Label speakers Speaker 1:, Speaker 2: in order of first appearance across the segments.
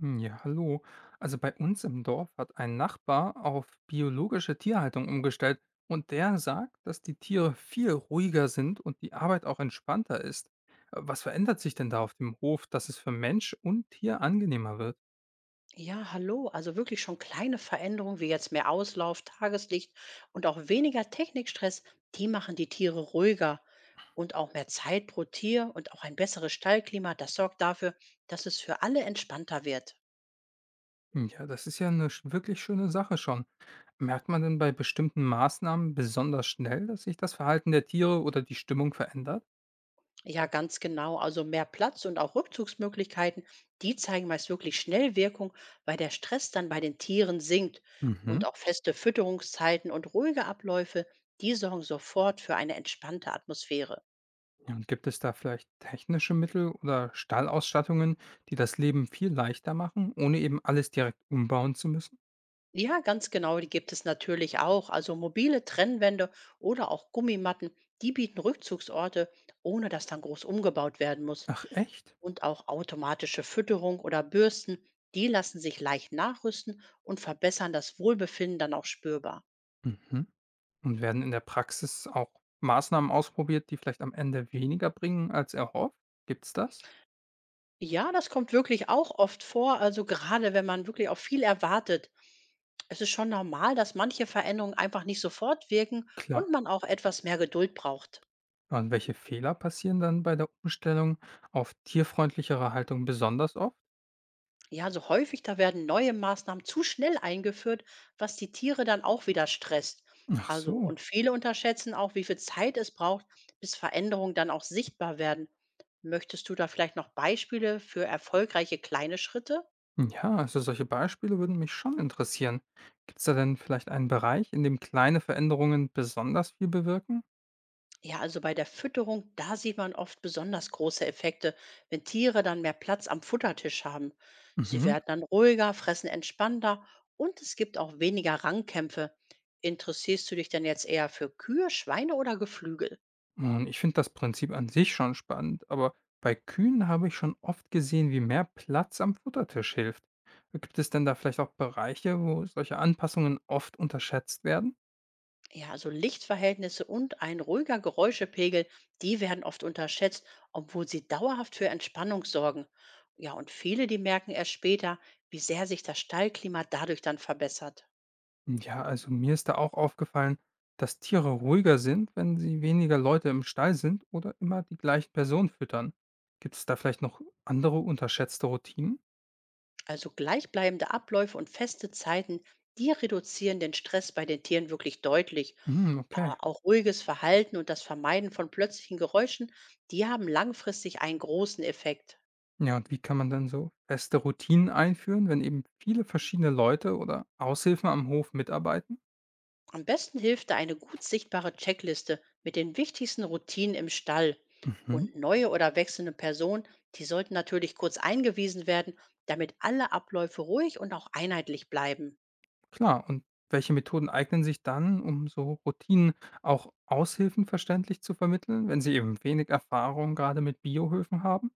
Speaker 1: Hm, ja, hallo. Also bei uns im Dorf hat ein Nachbar auf biologische Tierhaltung umgestellt und der sagt, dass die Tiere viel ruhiger sind und die Arbeit auch entspannter ist. Was verändert sich denn da auf dem Hof, dass es für Mensch und Tier angenehmer wird?
Speaker 2: Ja, hallo. Also wirklich schon kleine Veränderungen wie jetzt mehr Auslauf, Tageslicht und auch weniger Technikstress, die machen die Tiere ruhiger. Und auch mehr Zeit pro Tier und auch ein besseres Stallklima, das sorgt dafür, dass es für alle entspannter wird.
Speaker 1: Hm, ja, das ist ja eine wirklich schöne Sache schon. Merkt man denn bei bestimmten Maßnahmen besonders schnell, dass sich das Verhalten der Tiere oder die Stimmung verändert?
Speaker 2: Ja, ganz genau. Also mehr Platz und auch Rückzugsmöglichkeiten, die zeigen meist wirklich schnell Wirkung, weil der Stress dann bei den Tieren sinkt. Und
Speaker 1: Mhm.
Speaker 2: auch feste Fütterungszeiten und ruhige Abläufe, die sorgen sofort für eine entspannte Atmosphäre.
Speaker 1: Ja, und gibt es da vielleicht technische Mittel oder Stallausstattungen, die das Leben viel leichter machen, ohne eben alles direkt umbauen zu müssen?
Speaker 2: Ja, ganz genau, die gibt es natürlich auch. Also mobile Trennwände oder auch Gummimatten, die bieten Rückzugsorte, ohne dass dann groß umgebaut werden muss.
Speaker 1: Ach echt?
Speaker 2: Und auch automatische Fütterung oder Bürsten, die lassen sich leicht nachrüsten und verbessern das Wohlbefinden dann auch spürbar.
Speaker 1: Mhm. Und werden in der Praxis auch Maßnahmen ausprobiert, die vielleicht am Ende weniger bringen als erhofft? Gibt's das?
Speaker 2: Ja, das kommt wirklich auch oft vor, also gerade wenn man wirklich auch viel erwartet. Es ist schon normal, dass manche Veränderungen einfach nicht sofort wirken
Speaker 1: Klar.
Speaker 2: und man auch etwas mehr Geduld braucht.
Speaker 1: Und welche Fehler passieren dann bei der Umstellung auf tierfreundlichere Haltung besonders oft?
Speaker 2: Ja, also häufig, da werden neue Maßnahmen zu schnell eingeführt, was die Tiere dann auch wieder stresst.
Speaker 1: Ach
Speaker 2: Also,
Speaker 1: so.
Speaker 2: und viele unterschätzen auch, wie viel Zeit es braucht, bis Veränderungen dann auch sichtbar werden. Möchtest du da vielleicht noch Beispiele für erfolgreiche kleine Schritte?
Speaker 1: Ja, also solche Beispiele würden mich schon interessieren. Gibt es da denn vielleicht einen Bereich, in dem kleine Veränderungen besonders viel bewirken?
Speaker 2: Ja, also bei der Fütterung, da sieht man oft besonders große Effekte, wenn Tiere dann mehr Platz am Futtertisch haben. Sie
Speaker 1: Mhm.
Speaker 2: werden dann ruhiger, fressen entspannter und es gibt auch weniger Rangkämpfe. Interessierst du dich denn jetzt eher für Kühe, Schweine oder Geflügel?
Speaker 1: Und ich finde das Prinzip an sich schon spannend, aber bei Kühen habe ich schon oft gesehen, wie mehr Platz am Futtertisch hilft. Gibt es denn da vielleicht auch Bereiche, wo solche Anpassungen oft unterschätzt werden?
Speaker 2: Ja, also Lichtverhältnisse und ein ruhiger Geräuschepegel, die werden oft unterschätzt, obwohl sie dauerhaft für Entspannung sorgen. Ja, und viele, die merken erst später, wie sehr sich das Stallklima dadurch dann verbessert.
Speaker 1: Ja, also mir ist da auch aufgefallen, dass Tiere ruhiger sind, wenn sie weniger Leute im Stall sind oder immer die gleichen Personen füttern. Gibt es da vielleicht noch andere unterschätzte Routinen?
Speaker 2: Also gleichbleibende Abläufe und feste Zeiten, die reduzieren den Stress bei den Tieren wirklich deutlich.
Speaker 1: Mhm, okay.
Speaker 2: Auch ruhiges Verhalten und das Vermeiden von plötzlichen Geräuschen, die haben langfristig einen großen Effekt.
Speaker 1: Ja, und wie kann man denn so feste Routinen einführen, wenn eben viele verschiedene Leute oder Aushilfen am Hof mitarbeiten?
Speaker 2: Am besten hilft da eine gut sichtbare Checkliste mit den wichtigsten Routinen im Stall.
Speaker 1: Mhm,
Speaker 2: Und neue oder wechselnde Personen, die sollten natürlich kurz eingewiesen werden, damit alle Abläufe ruhig und auch einheitlich bleiben.
Speaker 1: klar. Und welche Methoden eignen sich dann, um so Routinen auch Aushilfen verständlich zu vermitteln, wenn sie eben wenig Erfahrung gerade mit Biohöfen haben?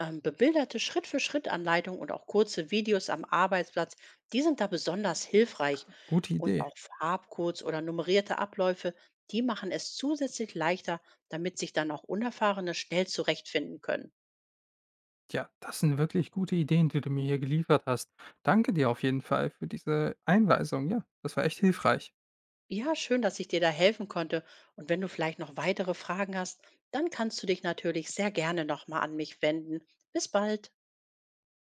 Speaker 2: Bebilderte Schritt-für-Schritt-Anleitungen und auch kurze Videos am Arbeitsplatz, die sind da besonders hilfreich.
Speaker 1: Gute
Speaker 2: Und
Speaker 1: Idee.
Speaker 2: auch Farbcodes oder nummerierte Abläufe, die machen es zusätzlich leichter, damit sich dann auch Unerfahrene schnell zurechtfinden können.
Speaker 1: Ja, das sind wirklich gute Ideen, die du mir hier geliefert hast. Danke dir auf jeden Fall für diese Einweisung. Ja, das war echt hilfreich.
Speaker 2: Ja, schön, dass ich dir da helfen konnte. Und wenn du vielleicht noch weitere Fragen hast, dann kannst du dich natürlich sehr gerne nochmal an mich wenden. Bis bald.